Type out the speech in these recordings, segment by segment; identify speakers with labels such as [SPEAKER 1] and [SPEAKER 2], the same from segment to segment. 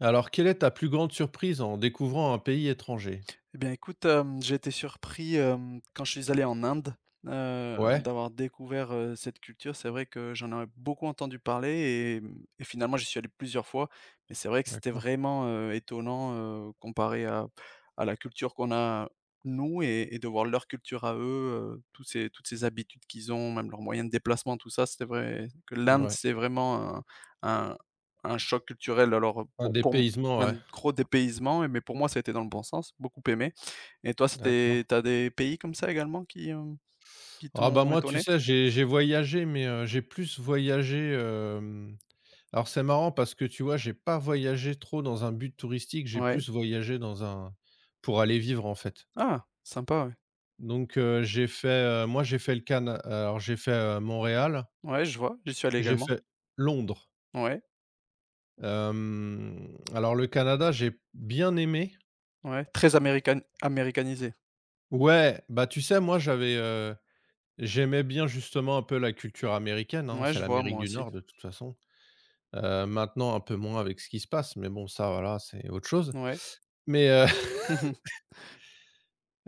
[SPEAKER 1] Alors, quelle est ta plus grande surprise en découvrant un pays étranger?
[SPEAKER 2] Eh bien, écoute, j'ai été surpris, quand je suis allé en Inde,
[SPEAKER 1] Ouais,
[SPEAKER 2] d'avoir découvert, cette culture. C'est vrai que j'en avais beaucoup entendu parler et finalement, j'y suis allé plusieurs fois. Mais c'est vrai que c'était
[SPEAKER 1] d'accord.
[SPEAKER 2] vraiment, étonnant, comparé à la culture qu'on a nous et de voir leur culture à eux, tous ces toutes ces habitudes qu'ils ont, même leurs moyens de déplacement, tout ça. C'était vrai que l'Inde,
[SPEAKER 1] Ouais.
[SPEAKER 2] c'est vraiment un un choc culturel. Alors,
[SPEAKER 1] Un
[SPEAKER 2] pour m
[SPEAKER 1] dépaysement,
[SPEAKER 2] un
[SPEAKER 1] ouais,
[SPEAKER 2] gros dépaysement mais pour moi, ça a été dans le bon sens, beaucoup aimé. Et toi,
[SPEAKER 1] d'accord.
[SPEAKER 2] c'était tu des pays comme ça également qui
[SPEAKER 1] Ah bah,
[SPEAKER 2] t'ont
[SPEAKER 1] moi, tu
[SPEAKER 2] étonné?
[SPEAKER 1] sais, j'ai voyagé, mais j'ai plus voyagé, hem alors c'est marrant parce que tu vois, j'ai pas voyagé trop dans un but touristique, j'ai
[SPEAKER 2] Ouais.
[SPEAKER 1] plus voyagé dans un pour aller vivre, en fait.
[SPEAKER 2] Ah, sympa, ouais.
[SPEAKER 1] Donc j'ai fait, moi, j'ai fait le Canada. Alors j'ai fait, Montréal,
[SPEAKER 2] Ouais, je vois, j'y suis allé
[SPEAKER 1] j'ai
[SPEAKER 2] également.
[SPEAKER 1] fait Londres.
[SPEAKER 2] Ouais,
[SPEAKER 1] Hem, alors le Canada, j'ai bien aimé.
[SPEAKER 2] ouais, très américain, américanisé.
[SPEAKER 1] Ouais, bah, tu sais, moi, j'avais, j'aimais bien justement un peu la culture américaine, hein.
[SPEAKER 2] Ouais,
[SPEAKER 1] C'est
[SPEAKER 2] je vois
[SPEAKER 1] l'Amérique
[SPEAKER 2] moi
[SPEAKER 1] du
[SPEAKER 2] aussi.
[SPEAKER 1] Nord, de toute façon. Maintenant, un peu moins avec ce qui se passe, mais bon, ça, voilà, c'est autre chose.
[SPEAKER 2] Ouais.
[SPEAKER 1] Mais,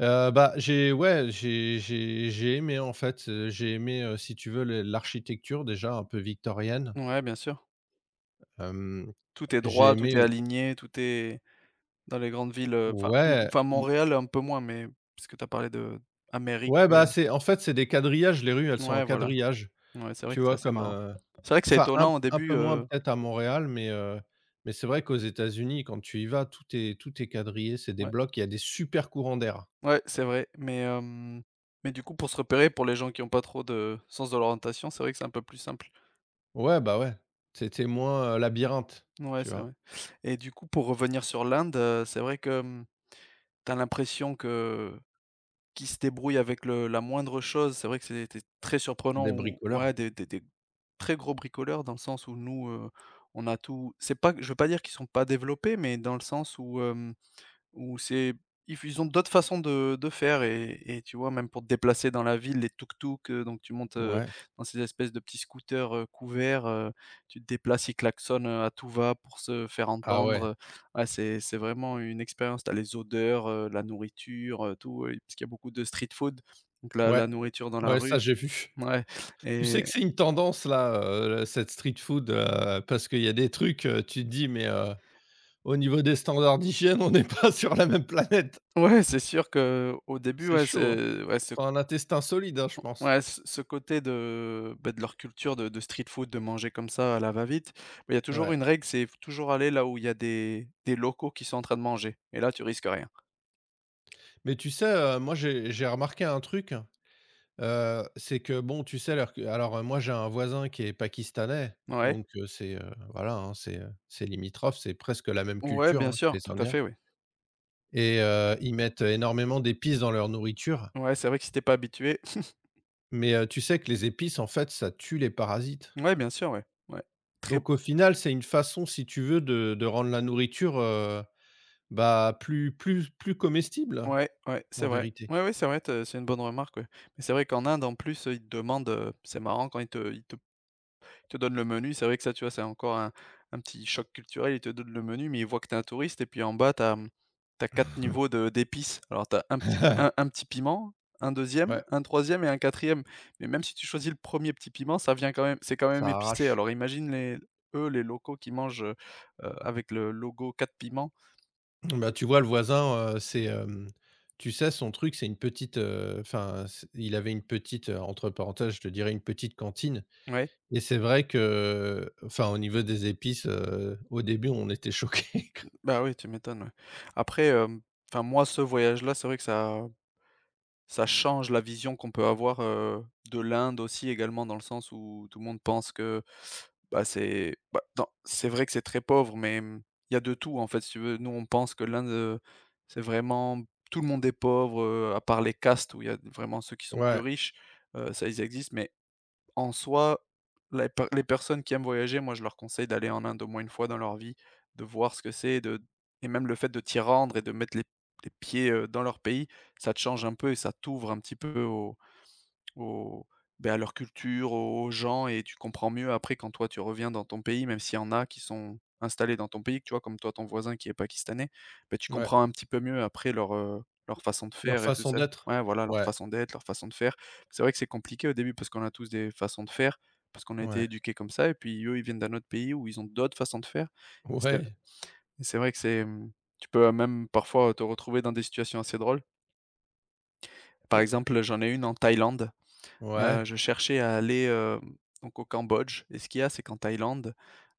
[SPEAKER 1] bah, j'ai aimé, en fait, j'ai aimé, si tu veux, le l'architecture, déjà, un peu victorienne.
[SPEAKER 2] Mmh, ouais, bien sûr.
[SPEAKER 1] Hem,
[SPEAKER 2] Tout est
[SPEAKER 1] j'ai
[SPEAKER 2] droit, tout
[SPEAKER 1] aimé,
[SPEAKER 2] est aligné, tout est dans les grandes villes, enfin m
[SPEAKER 1] ouais,
[SPEAKER 2] enfin
[SPEAKER 1] m
[SPEAKER 2] Montréal un peu moins, mais puisque tu as parlé de Amérique,
[SPEAKER 1] ouais, bah, c'est en fait, c'est des quadrillages, les rues, elles sont en
[SPEAKER 2] ouais, voilà.
[SPEAKER 1] quadrillage.
[SPEAKER 2] Ouais, c'est vrai
[SPEAKER 1] Tu
[SPEAKER 2] que c'est
[SPEAKER 1] vois?
[SPEAKER 2] assez
[SPEAKER 1] Comme,
[SPEAKER 2] marrant. C'est vrai que c'est
[SPEAKER 1] enfin
[SPEAKER 2] étonnant au
[SPEAKER 1] un
[SPEAKER 2] début,
[SPEAKER 1] peu moins peut-être à Montréal, mais c'est vrai qu'aux États-Unis, quand tu y vas, tout est quadrillé, c'est des
[SPEAKER 2] ouais.
[SPEAKER 1] blocs, il y a des super courants d'air.
[SPEAKER 2] Ouais, c'est vrai, mais du coup, pour se repérer, pour les gens qui ont pas trop de sens de l'orientation, c'est vrai que c'est un peu plus simple.
[SPEAKER 1] Ouais, bah, ouais, c'était moins, labyrinthe,
[SPEAKER 2] Ouais,
[SPEAKER 1] tu
[SPEAKER 2] c'est
[SPEAKER 1] vois?
[SPEAKER 2] vrai et du coup, pour revenir sur l'Inde, c'est vrai que, tu as l'impression que qui se débrouille avec le la moindre chose. C'est vrai que c'était très
[SPEAKER 1] C'est
[SPEAKER 2] surprenant
[SPEAKER 1] des
[SPEAKER 2] ou ouais,
[SPEAKER 1] bricoleurs.
[SPEAKER 2] des très gros bricoleurs dans le sens où nous, on a tout c'est pas je veux pas dire qu'ils sont pas développés, mais dans le sens où, Ou c'est if ils ont d'autres façons de faire et tu vois, même pour te déplacer dans la ville, les tuk tuk donc tu montes,
[SPEAKER 1] Ouais.
[SPEAKER 2] dans ces espèces de petits scooters, couverts, tu te déplaces, ils klaxonnent, à tout va pour se faire
[SPEAKER 1] Ah
[SPEAKER 2] entendre,
[SPEAKER 1] ouais.
[SPEAKER 2] heu. Ah, c'est vraiment une expérience. T'as les odeurs, la nourriture, tout, parce qu'il y a beaucoup de street food, donc la
[SPEAKER 1] Ouais,
[SPEAKER 2] la nourriture dans la
[SPEAKER 1] ouais,
[SPEAKER 2] rue,
[SPEAKER 1] ça j'ai vu.
[SPEAKER 2] c'est ouais
[SPEAKER 1] Tu sais
[SPEAKER 2] et
[SPEAKER 1] que c'est une tendance là, cette street food, parce qu'il y a des trucs, tu te dis: «Mais au niveau des standards d'hygiène, on n'est pas sur la même planète».
[SPEAKER 2] ouais, c'est sûr que au début,
[SPEAKER 1] C'est
[SPEAKER 2] ouais,
[SPEAKER 1] chaud, hein.
[SPEAKER 2] c'est ouais, c'est
[SPEAKER 1] Faut un intestin solide, hein, je pense.
[SPEAKER 2] Ouais, ce côté de, bah, de leur culture de street food, de manger comme ça à la va-vite, mais il y a toujours
[SPEAKER 1] Ouais.
[SPEAKER 2] une règle, c'est faut toujours aller là où il y a des locaux qui sont en train de manger et là, tu risques rien.
[SPEAKER 1] Mais tu sais, moi j'ai remarqué un truc, c'est que bon, tu sais, alors, moi j'ai un voisin qui est pakistanais,
[SPEAKER 2] Ouais.
[SPEAKER 1] donc c'est, voilà, hein, c'est limitrophe, c'est presque la même
[SPEAKER 2] Ouais,
[SPEAKER 1] culture,
[SPEAKER 2] bien
[SPEAKER 1] hein, que
[SPEAKER 2] sûr,
[SPEAKER 1] les
[SPEAKER 2] tout à
[SPEAKER 1] Indiens
[SPEAKER 2] fait, oui.
[SPEAKER 1] et ils mettent énormément d'épices dans leur nourriture,
[SPEAKER 2] Ouais, c'est vrai que si t'es pas habitué
[SPEAKER 1] mais tu sais que les épices, en fait, ça tue les parasites.
[SPEAKER 2] ouais, bien sûr, ouais, ouais. Très
[SPEAKER 1] Donc au final, c'est une façon, si tu veux, de rendre la nourriture, bah, plus comestible,
[SPEAKER 2] Ouais, ouais, c'est
[SPEAKER 1] en
[SPEAKER 2] vrai.
[SPEAKER 1] vérité.
[SPEAKER 2] Ouais, ouais, c'est vrai, tu c'est une bonne remarque, ouais, mais c'est vrai qu'en Inde, en plus, ils te demandent, c'est marrant quand ils te donne le menu, c'est vrai que ça, tu vois, c'est encore un petit choc culturel. Ils te donnent le menu, mais ils voient que tu es un touriste et puis en bas, tu as, quatre niveaux de d'épices. Alors tu as un petit un un petit piment, un deuxième
[SPEAKER 1] Ouais,
[SPEAKER 2] un troisième et un quatrième Mais même si tu choisis le premier petit piment, ça vient quand même c'est quand même
[SPEAKER 1] ça
[SPEAKER 2] épicé.
[SPEAKER 1] arrache.
[SPEAKER 2] Alors imagine les eux, les locaux qui mangent, avec le logo quatre piments.
[SPEAKER 1] Bah, tu vois, le voisin, c'est, tu sais, son truc, c'est une petite, enfin, c il avait une petite, entre parenthèses, je te dirais, une petite cantine
[SPEAKER 2] Ouais.
[SPEAKER 1] et c'est vrai que, enfin, au niveau des épices, au début, on était choqués.
[SPEAKER 2] Bah, oui, tu m'étonnes, ouais. Après, enfin, moi, ce voyage-là, c'est vrai que ça change la vision qu'on peut avoir, de l'Inde aussi également dans le sens où tout le monde pense que, bah, c'est bah, dans c'est vrai que c'est très pauvre, mais, il y a de tout, en fait, si tu veux. Nous, on pense que l'Inde, c'est vraiment tout le monde est pauvre, à part les castes où il y a vraiment ceux qui sont plus
[SPEAKER 1] Ouais,
[SPEAKER 2] riches, ça, ils existent, mais en soi, les personnes qui aiment voyager, moi, je leur conseille d'aller en Inde au moins une fois dans leur vie, de voir ce que c'est, de et même le fait de t'y rendre et de mettre les pieds, dans leur pays, ça te change un peu et ça t'ouvre un petit peu au à leur culture, aux gens et tu comprends mieux après quand toi tu reviens dans ton pays, même s'il y en a qui sont installés dans ton pays, que tu vois? Comme toi, ton voisin qui est pakistanais, beh, tu
[SPEAKER 1] ouais,
[SPEAKER 2] comprends un petit peu mieux après leur façon de
[SPEAKER 1] leur
[SPEAKER 2] faire et tout
[SPEAKER 1] façon
[SPEAKER 2] ça.
[SPEAKER 1] d'être.
[SPEAKER 2] Ouais, voilà, leur
[SPEAKER 1] Ouais,
[SPEAKER 2] façon d'être, leur façon de faire. C'est vrai que c'est compliqué au début parce qu'on a tous des façons de faire, parce qu'on a été
[SPEAKER 1] ouais,
[SPEAKER 2] éduqués comme ça et puis eux, ils viennent d'un autre pays où ils ont d'autres façons de faire et c'est
[SPEAKER 1] ouais,
[SPEAKER 2] et c'est vrai que c'est, tu peux, même parfois te retrouver dans des situations assez drôles. Par
[SPEAKER 1] heu,
[SPEAKER 2] exemple, j'en ai une en Thaïlande.
[SPEAKER 1] ouais,
[SPEAKER 2] Je cherchais à aller, donc au Cambodge et ce qu'il y a, c'est qu'en Thaïlande,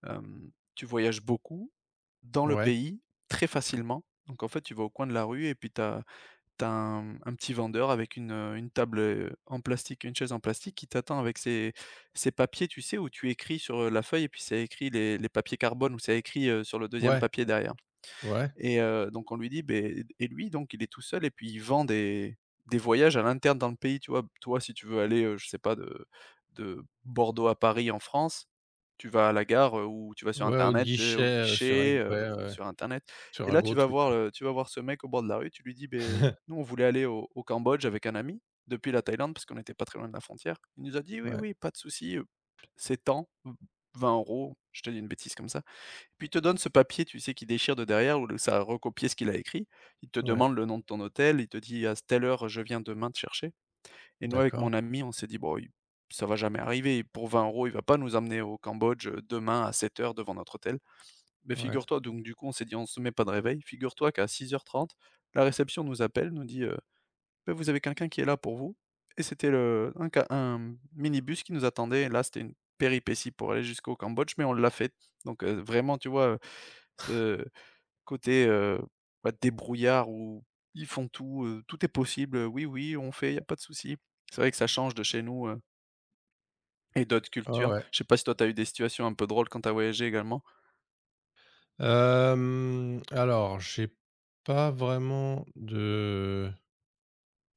[SPEAKER 2] tu voyages beaucoup dans le
[SPEAKER 1] ouais,
[SPEAKER 2] pays, très facilement. Donc en fait, tu vas au coin de la rue et puis tu as un petit vendeur avec une table, en plastique, une chaise en plastique qui t'attend avec ses papiers, tu sais, où tu écris sur, la feuille et puis c'est écrit les papiers carbone ou c'est écrit, sur le deuxième
[SPEAKER 1] ouais,
[SPEAKER 2] papier derrière.
[SPEAKER 1] ouais.
[SPEAKER 2] Et donc on lui dit: «Beh et lui donc il est tout seul et puis il vend des voyages à l'interne dans le pays». Tu vois? Toi, si tu veux aller, je sais pas de Bordeaux à Paris en France, tu vas à la gare, ou tu vas sur
[SPEAKER 1] Ouais, au
[SPEAKER 2] internet, au
[SPEAKER 1] guichet, sur un
[SPEAKER 2] guichet,
[SPEAKER 1] gui ouais, ouais,
[SPEAKER 2] ou
[SPEAKER 1] ouais,
[SPEAKER 2] sur internet
[SPEAKER 1] sur
[SPEAKER 2] et
[SPEAKER 1] un
[SPEAKER 2] là
[SPEAKER 1] gros
[SPEAKER 2] tu vas
[SPEAKER 1] truc,
[SPEAKER 2] voir,
[SPEAKER 1] quoi.
[SPEAKER 2] heu, tu vas voir ce mec au bord de la rue, tu lui dis: ben nous on voulait aller au Cambodge avec un ami, depuis la Thaïlande parce qu'on n'était pas très loin de la frontière». Il nous a dit: «Oui,
[SPEAKER 1] Ouais,
[SPEAKER 2] oui, pas de souci, c'est tant, 20 euros. Je te dis une bêtise comme ça. Puis il te donne ce papier, tu sais, qu'il déchire de derrière où le ça a recopié ce qu'il a écrit. Il te
[SPEAKER 1] ouais,
[SPEAKER 2] demande le nom de ton hôtel, il te dit: «À telle heure, je viens demain te chercher» et nous, avec
[SPEAKER 1] d'accord,
[SPEAKER 2] mon ami, on s'est dit: «Bon, il ça va jamais arriver. Pour 20 euros, il va pas nous amener au Cambodge, demain à 7 heures devant notre hôtel». Mais
[SPEAKER 1] ouais,
[SPEAKER 2] figure-toi donc du coup, on s'est dit: «On se met pas de réveil». Figure-toi qu'à 6h30, la réception nous appelle, nous dit, bah, vous avez quelqu'un qui est là pour vous et c'était le un ca un minibus qui nous attendait là, c'était une péripétie pour aller jusqu'au Cambodge, mais on l'a fait. Donc vraiment, tu vois, ce côté, bah, débrouillard où ils font tout, tout est possible, oui, oui, on fait, il y a pas de souci. C'est vrai que ça change de chez nous, et d'autres
[SPEAKER 1] ouais,
[SPEAKER 2] cultures.
[SPEAKER 1] ouais.
[SPEAKER 2] Je sais pas si toi, tu as eu des situations un peu drôles quand tu as voyagé également?
[SPEAKER 1] Hem, alors j'ai pas vraiment de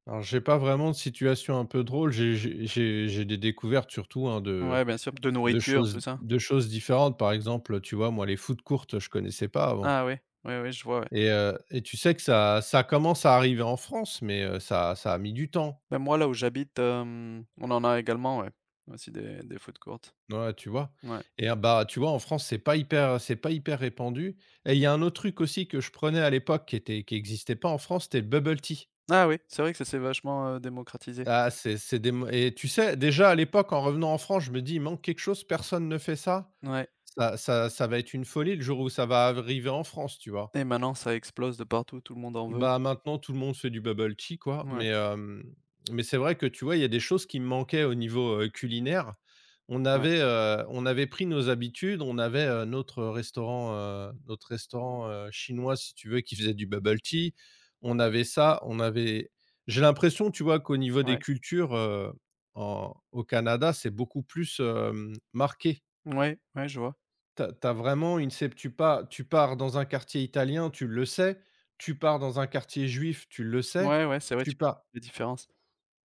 [SPEAKER 1] alors j'ai pas vraiment de situation un peu drôle, j'ai des découvertes surtout, hein,
[SPEAKER 2] Ouais, bien sûr, de nourriture, tout ça.
[SPEAKER 1] de choses différentes. Par exemple, tu vois, moi, les foutes courtes, je connaissais pas avant
[SPEAKER 2] Ah oui, oui, oui, je vois, ouais.
[SPEAKER 1] et tu sais que ça commence à arriver en France mais ça a mis du temps.
[SPEAKER 2] Bah, moi, là où j'habite, on en a également, ouais, aussi des food courts.
[SPEAKER 1] Ouais, tu vois?
[SPEAKER 2] Ouais.
[SPEAKER 1] Et ah, bah, tu vois, en France, c'est pas hyper répandu et il y a un autre truc aussi que je prenais à l'époque qui était qui existait pas en France, c'était le bubble tea.
[SPEAKER 2] Ah oui, c'est vrai que ça s'est vachement, démocratisé.
[SPEAKER 1] Ah, c'est des mo et tu sais, déjà à l'époque, en revenant en France, je me dis: «Il manque quelque chose, personne ne fait ça.
[SPEAKER 2] Ouais
[SPEAKER 1] Ça va être une folie le jour où ça va arriver en France», tu vois?
[SPEAKER 2] et maintenant ça explose de partout, tout le monde en veut.
[SPEAKER 1] Bah, maintenant tout le monde fait du bubble tea quoi,
[SPEAKER 2] Ouais,
[SPEAKER 1] mais mais c'est vrai que tu vois, il y a des choses qui me manquaient au niveau, culinaire.
[SPEAKER 2] ouais,
[SPEAKER 1] On avait pris nos habitudes, on avait, notre restaurant, chinois si tu veux qui faisait du bubble tea. On avait ça, on avait j'ai l'impression tu vois qu'au niveau des
[SPEAKER 2] ouais.
[SPEAKER 1] cultures, en au Canada, c'est beaucoup plus, marqué.
[SPEAKER 2] Ouais, ouais, je vois.
[SPEAKER 1] T'as as vraiment une sep tu pas tu pars dans un quartier italien, tu le sais, tu pars dans un quartier juif, tu le sais,
[SPEAKER 2] Ouais, ouais, c'est vrai,
[SPEAKER 1] tu
[SPEAKER 2] tu vois
[SPEAKER 1] pars
[SPEAKER 2] la différence.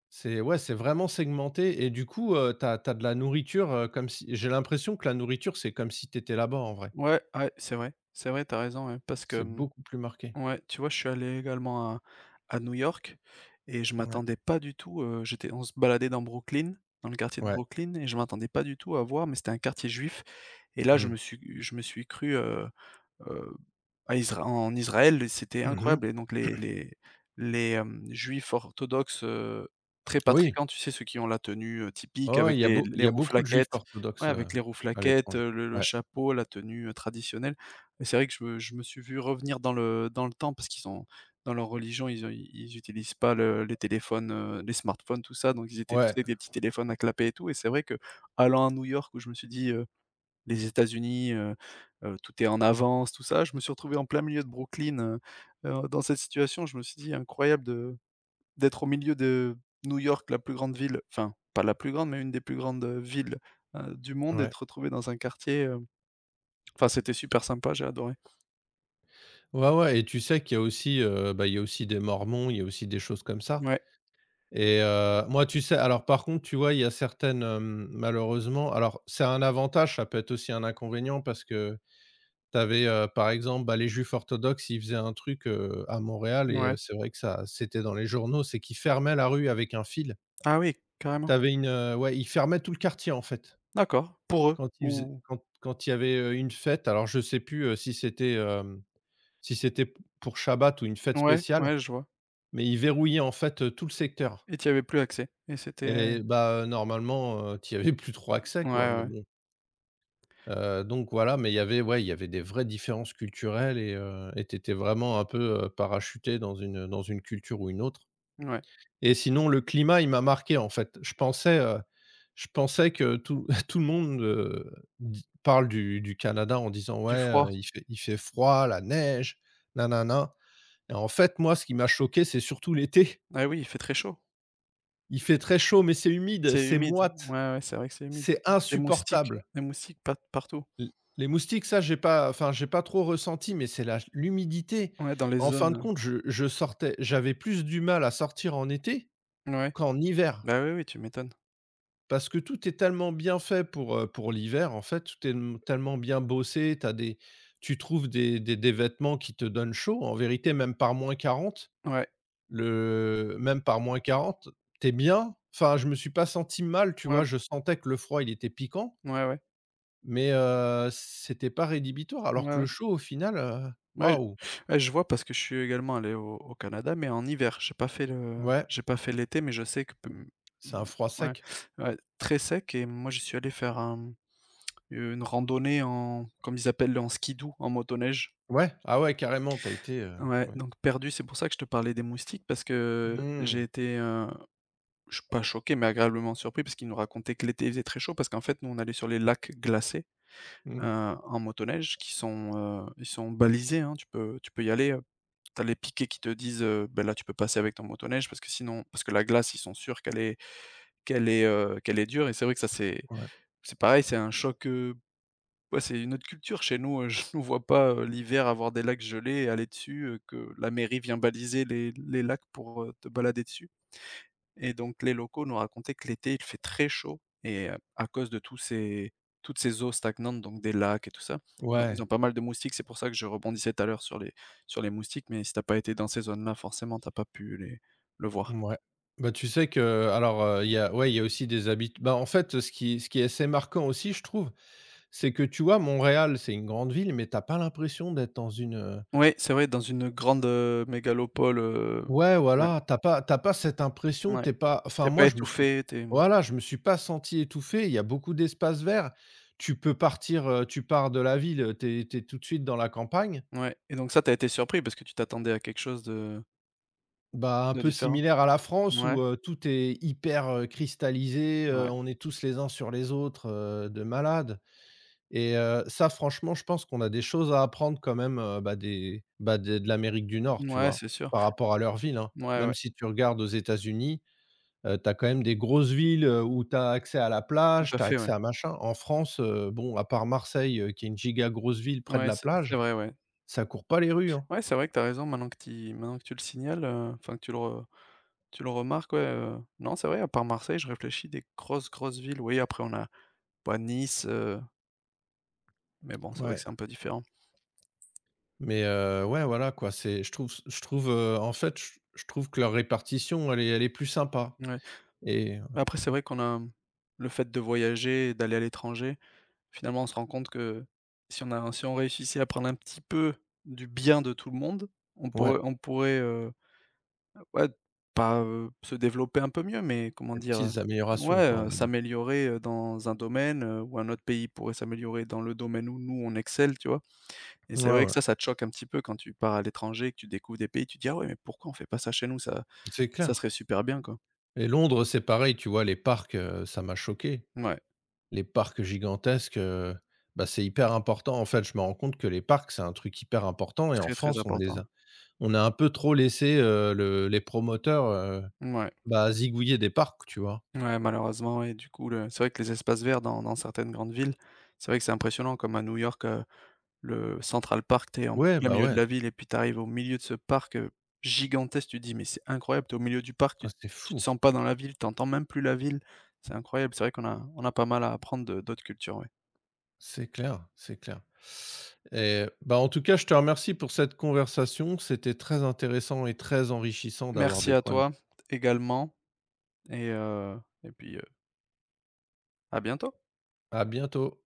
[SPEAKER 1] c'est ouais, c'est vraiment segmenté et du coup, t'as as de la nourriture, comme si j'ai l'impression que la nourriture, c'est comme si t'étais là-bas en vrai.
[SPEAKER 2] Ouais, ouais, c'est vrai. C'est vrai, t'as raison, ouais, parce que,
[SPEAKER 1] C'est beaucoup plus marqué.
[SPEAKER 2] ouais, tu vois, je suis allé également à New York et je
[SPEAKER 1] Ouais,
[SPEAKER 2] m'attendais pas du tout, j'étais on se baladait dans Brooklyn, dans le quartier de
[SPEAKER 1] ouais.
[SPEAKER 2] Brooklyn et je m'attendais pas du tout à voir mais c'était un quartier juif et là je
[SPEAKER 1] Mmh.
[SPEAKER 2] me suis je me suis cru, Heu, à Isra en Israël, c'était
[SPEAKER 1] Mmh.
[SPEAKER 2] incroyable et donc les juifs orthodoxes, très
[SPEAKER 1] Oui.
[SPEAKER 2] patricants, tu sais? Ceux qui ont la tenue, typique
[SPEAKER 1] Oh,
[SPEAKER 2] avec les
[SPEAKER 1] il
[SPEAKER 2] les
[SPEAKER 1] y a beaucoup de juifs
[SPEAKER 2] rouflaquettes. Ouais,
[SPEAKER 1] orthodoxes,
[SPEAKER 2] avec les
[SPEAKER 1] à
[SPEAKER 2] rouflaquettes,
[SPEAKER 1] l'étranger.
[SPEAKER 2] le
[SPEAKER 1] Ouais,
[SPEAKER 2] chapeau, la tenue, traditionnelle. Et c'est vrai que je me suis vu revenir dans le temps parce qu'ils ont dans leur religion, ils utilisent pas le les téléphones, les smartphones, tout ça. Donc ils étaient tous
[SPEAKER 1] ouais,
[SPEAKER 2] avec des petits téléphones à clapet et tout. Et c'est vrai que allant à New York, où je me suis dit, les États-Unis, tout est en avance, tout ça. Je me suis retrouvé en plein milieu de Brooklyn, dans cette situation. Je me suis dit: «Incroyable de d'être au milieu de New York, la plus grande ville», enfin, pas la plus grande, mais une des plus grandes, villes, du monde, et de
[SPEAKER 1] ouais.
[SPEAKER 2] te retrouver dans un quartier, enfin, c'était super sympa, j'ai adoré.
[SPEAKER 1] Ouais, ouais et tu sais qu'il y a aussi, bah, il y a aussi des mormons, il y a aussi des choses comme ça.
[SPEAKER 2] Ouais,
[SPEAKER 1] Et moi, tu sais alors par contre, tu vois, il y a certaines, malheureusement alors c'est un avantage, ça peut être aussi un inconvénient parce que tu avais, par exemple, bah, les juifs orthodoxes, ils faisaient un truc, à Montréal et
[SPEAKER 2] ouais.
[SPEAKER 1] c'est vrai que ça c'était dans les journaux, c'est qu'ils fermaient la rue avec un fil.
[SPEAKER 2] Ah oui, carrément.
[SPEAKER 1] T'avais une, ouais, ils fermaient tout le quartier, en fait,
[SPEAKER 2] D'accord, pour eux
[SPEAKER 1] quand ils faisaient
[SPEAKER 2] ou
[SPEAKER 1] quand il y avait, une fête. Alors je sais plus, si c'était, si c'était p pour Shabbat ou une fête
[SPEAKER 2] ouais,
[SPEAKER 1] spéciale,
[SPEAKER 2] ouais, je vois.
[SPEAKER 1] mais ils verrouillaient, en fait, tout le secteur.
[SPEAKER 2] Et tu avais plus accès et c'était,
[SPEAKER 1] Et bah, normalement, tu y avais plus trop accès
[SPEAKER 2] ouais,
[SPEAKER 1] quoi, mais
[SPEAKER 2] ouais,
[SPEAKER 1] bon, donc voilà, mais il y avait ouais, il y avait des vraies différences culturelles et tu étais vraiment un peu, parachuté dans une culture ou une autre.
[SPEAKER 2] ouais.
[SPEAKER 1] Et sinon le climat, il m'a marqué en fait. Je pensais que tout tout le monde, dit parle du Canada en disant: «Ouais,
[SPEAKER 2] Du froid.
[SPEAKER 1] il fait froid, la neige, nin-nin-nin» et en fait moi ce qui m'a choqué, c'est surtout l'été.
[SPEAKER 2] Ah oui, il fait très chaud.
[SPEAKER 1] Il fait très chaud mais c'est humide,
[SPEAKER 2] C'est
[SPEAKER 1] c'est
[SPEAKER 2] humide.
[SPEAKER 1] moite,
[SPEAKER 2] Ouais, ouais, c'est vrai que c'est humide.
[SPEAKER 1] c'est insupportable.
[SPEAKER 2] Des moustiques par partout.
[SPEAKER 1] L les moustiques, ça, j'ai pas enfin, j'ai pas trop ressenti, mais c'est la l'humidité.
[SPEAKER 2] Ouais, dans les
[SPEAKER 1] En fin de
[SPEAKER 2] zones,
[SPEAKER 1] compte, je sortais j'avais plus du mal à sortir en été
[SPEAKER 2] ouais.
[SPEAKER 1] qu'en hiver
[SPEAKER 2] Bah, oui, oui, tu m'étonnes.
[SPEAKER 1] parce que tout est tellement bien fait pour l'hiver, en fait. Tout est m tellement bien bossé. T'as des tu trouves des vêtements qui te donnent chaud. En vérité, même par moins quarante,
[SPEAKER 2] Ouais,
[SPEAKER 1] le même par moins quarante, t'es bien. Enfin, je me suis pas senti mal, tu
[SPEAKER 2] ouais,
[SPEAKER 1] vois? Je sentais que le froid, il était piquant.
[SPEAKER 2] ouais, ouais,
[SPEAKER 1] Mais c'était pas rédhibitoire,
[SPEAKER 2] ouais,
[SPEAKER 1] alors que
[SPEAKER 2] ouais.
[SPEAKER 1] le chaud au final,
[SPEAKER 2] Ouais,
[SPEAKER 1] waouh!
[SPEAKER 2] je ouais, je vois, parce que je suis également allé au au Canada, mais en hiver.
[SPEAKER 1] Ouais,
[SPEAKER 2] J'ai pas fait l'été, mais je sais que p mmh,
[SPEAKER 1] c'est un froid
[SPEAKER 2] mmh, ouais,
[SPEAKER 1] sec.
[SPEAKER 2] ouais, très sec. Et moi, je suis allé faire un une randonnée en, comme ils appellent, en skidoo, en motoneige.
[SPEAKER 1] Ouais, ah ouais carrément, t'as été,
[SPEAKER 2] Ouais,
[SPEAKER 1] ouais.
[SPEAKER 2] donc perdu. C'est pour ça que je te parlais des moustiques, parce que j'ai
[SPEAKER 1] Mmh,
[SPEAKER 2] été, je suis pas choqué, mais agréablement surpris, parce qu'il nous racontait que l'été, il faisait très chaud, parce qu'en fait, nous, on allait sur les lacs glacés, heu,
[SPEAKER 1] mmh,
[SPEAKER 2] en motoneige, qui sont, ils sont balisés, hein. Tu peux y aller, tu les piquets qui te disent, ben là, tu peux passer avec ton motoneige, parce que sinon, parce que la glace, ils sont sûrs qu'elle est qu'elle est dure. Et c'est vrai que ça,
[SPEAKER 1] ouais.
[SPEAKER 2] c'est pareil, c'est un choc, ouais, c'est une autre culture. Chez nous, je ne vois pas, l'hiver, avoir des lacs gelés et aller dessus, que la mairie vient baliser les lacs pour, te balader dessus. Et donc les locaux nous racontaient que l'été, il fait très chaud, et à cause de tous ces toutes ces eaux stagnantes, donc des lacs et tout ça, ils ont
[SPEAKER 1] Ouais,
[SPEAKER 2] pas mal de moustiques. C'est pour ça que je rebondissais tout à l'heure sur les moustiques. Mais si t'as pas été dans ces zones-là, forcément, t'as pas pu les le voir.
[SPEAKER 1] mouais. Bah, tu sais que alors, il y a aussi des habitudes bah, en fait, ce qui est assez marquant aussi, je trouve, c'est que tu vois, Montréal, c'est une grande ville, mais t'as pas l'impression d'être dans une,
[SPEAKER 2] Oui, c'est vrai, dans une grande, mégalopole,
[SPEAKER 1] Ouais,
[SPEAKER 2] ouais,
[SPEAKER 1] voilà, t'as pas cette impression,
[SPEAKER 2] ouais,
[SPEAKER 1] T'es pas enfin
[SPEAKER 2] tu pas
[SPEAKER 1] moi je me suis
[SPEAKER 2] étouffé, t'es mmh,
[SPEAKER 1] voilà, je me suis pas senti étouffé, il y a beaucoup d'espaces verts. Tu peux partir, tu pars de la ville, t'es tu tout de suite dans la campagne.
[SPEAKER 2] ouais. Et donc ça, t'as été surpris parce que tu t'attendais à quelque chose
[SPEAKER 1] Bah, un
[SPEAKER 2] de
[SPEAKER 1] peu
[SPEAKER 2] différent?
[SPEAKER 1] similaire à la France
[SPEAKER 2] Ouais,
[SPEAKER 1] où, tout est hyper, cristallisé,
[SPEAKER 2] ouais,
[SPEAKER 1] on est tous les uns sur les autres, de malades. Et ça franchement je pense qu'on a des choses à apprendre quand même, bah, des de l'Amérique du Nord, tu
[SPEAKER 2] ouais,
[SPEAKER 1] vois?
[SPEAKER 2] c'est sûr.
[SPEAKER 1] Par rapport à leur ville, hein.
[SPEAKER 2] Ouais, ouais,
[SPEAKER 1] Même si tu regardes aux États-Unis. Tu quand même des grosses villes, où t'as accès à la
[SPEAKER 2] tout
[SPEAKER 1] plage,
[SPEAKER 2] à
[SPEAKER 1] t'as
[SPEAKER 2] fait, ouais.
[SPEAKER 1] accès à machin. En France, bon, à part Marseille, qui est une giga grosse ville près de
[SPEAKER 2] Ouais,
[SPEAKER 1] la
[SPEAKER 2] c'est
[SPEAKER 1] plage,
[SPEAKER 2] vrai, ouais.
[SPEAKER 1] ça court pas les rues, hein.
[SPEAKER 2] Ouais, c'est vrai que tu as raison, maintenant que tu le signales, enfin que tu le remarques, ouais, non, c'est vrai, à part Marseille, je réfléchis des grosses, grosses villes. Oui, après on a, bah, Nice, mais bon, c'est vrai que
[SPEAKER 1] Ouais.
[SPEAKER 2] c'est un peu différent.
[SPEAKER 1] Mais ouais, voilà, quoi, c'est je trouve, en fait, je trouve que leur répartition, elle est plus sympa
[SPEAKER 2] Ouais.
[SPEAKER 1] et
[SPEAKER 2] Mais après, c'est vrai qu'on a, mmh, le fait de voyager et d'aller à l'étranger, finalement, on se rend compte que si on réussissait à prendre un petit peu du bien de tout le monde, on
[SPEAKER 1] ouais,
[SPEAKER 2] pourrait ouais, pas, se développer un peu mieux, mais comment
[SPEAKER 1] des
[SPEAKER 2] dire,
[SPEAKER 1] petites améliorations,
[SPEAKER 2] Ouais,
[SPEAKER 1] quoi, on va dire.
[SPEAKER 2] s'améliorer, dans un domaine, où un autre pays pourrait s'améliorer dans le domaine où nous on excelle, tu vois? Et
[SPEAKER 1] Ouais,
[SPEAKER 2] c'est vrai que
[SPEAKER 1] ouais,
[SPEAKER 2] ça te choque un petit peu quand tu pars à l'étranger, que tu découvres des pays, tu te dis: «Ah ouais, mais pourquoi on fait pas ça chez nous?
[SPEAKER 1] c'est
[SPEAKER 2] Ça
[SPEAKER 1] clair
[SPEAKER 2] serait super bien, quoi».
[SPEAKER 1] et Londres, c'est pareil, tu vois? Les parcs, ça m'a choqué.
[SPEAKER 2] Ouais,
[SPEAKER 1] Les parcs gigantesques, bah, c'est hyper important. En fait, je me rends compte que les parcs, c'est un truc hyper important et en
[SPEAKER 2] très, très
[SPEAKER 1] France,
[SPEAKER 2] important.
[SPEAKER 1] on a un peu trop laissé, le les promoteurs,
[SPEAKER 2] Ouais.
[SPEAKER 1] bah, zigouiller des parcs, tu vois?
[SPEAKER 2] Ouais, malheureusement, et du coup, le c'est vrai que les espaces verts dans dans certaines grandes villes, c'est vrai que c'est impressionnant, comme à New York, le Central Park. T'es es en
[SPEAKER 1] Ouais,
[SPEAKER 2] plein
[SPEAKER 1] bah,
[SPEAKER 2] milieu de
[SPEAKER 1] ouais.
[SPEAKER 2] la ville, et puis t'arrives au milieu de ce parc, gigantesque, tu te dis: «Mais c'est incroyable». T'es au milieu du parc,
[SPEAKER 1] Ah, c'est
[SPEAKER 2] tu te
[SPEAKER 1] fou.
[SPEAKER 2] sens pas dans la ville, t'entends même plus la ville. C'est incroyable, c'est vrai qu'on a pas mal à apprendre de d'autres cultures, ouais.
[SPEAKER 1] C'est clair et bah, en tout cas, je te remercie pour cette conversation. C'était très intéressant et très enrichissant d'avoir
[SPEAKER 2] Merci
[SPEAKER 1] des
[SPEAKER 2] à
[SPEAKER 1] points de vue.
[SPEAKER 2] toi également, et puis, à bientôt.
[SPEAKER 1] À bientôt.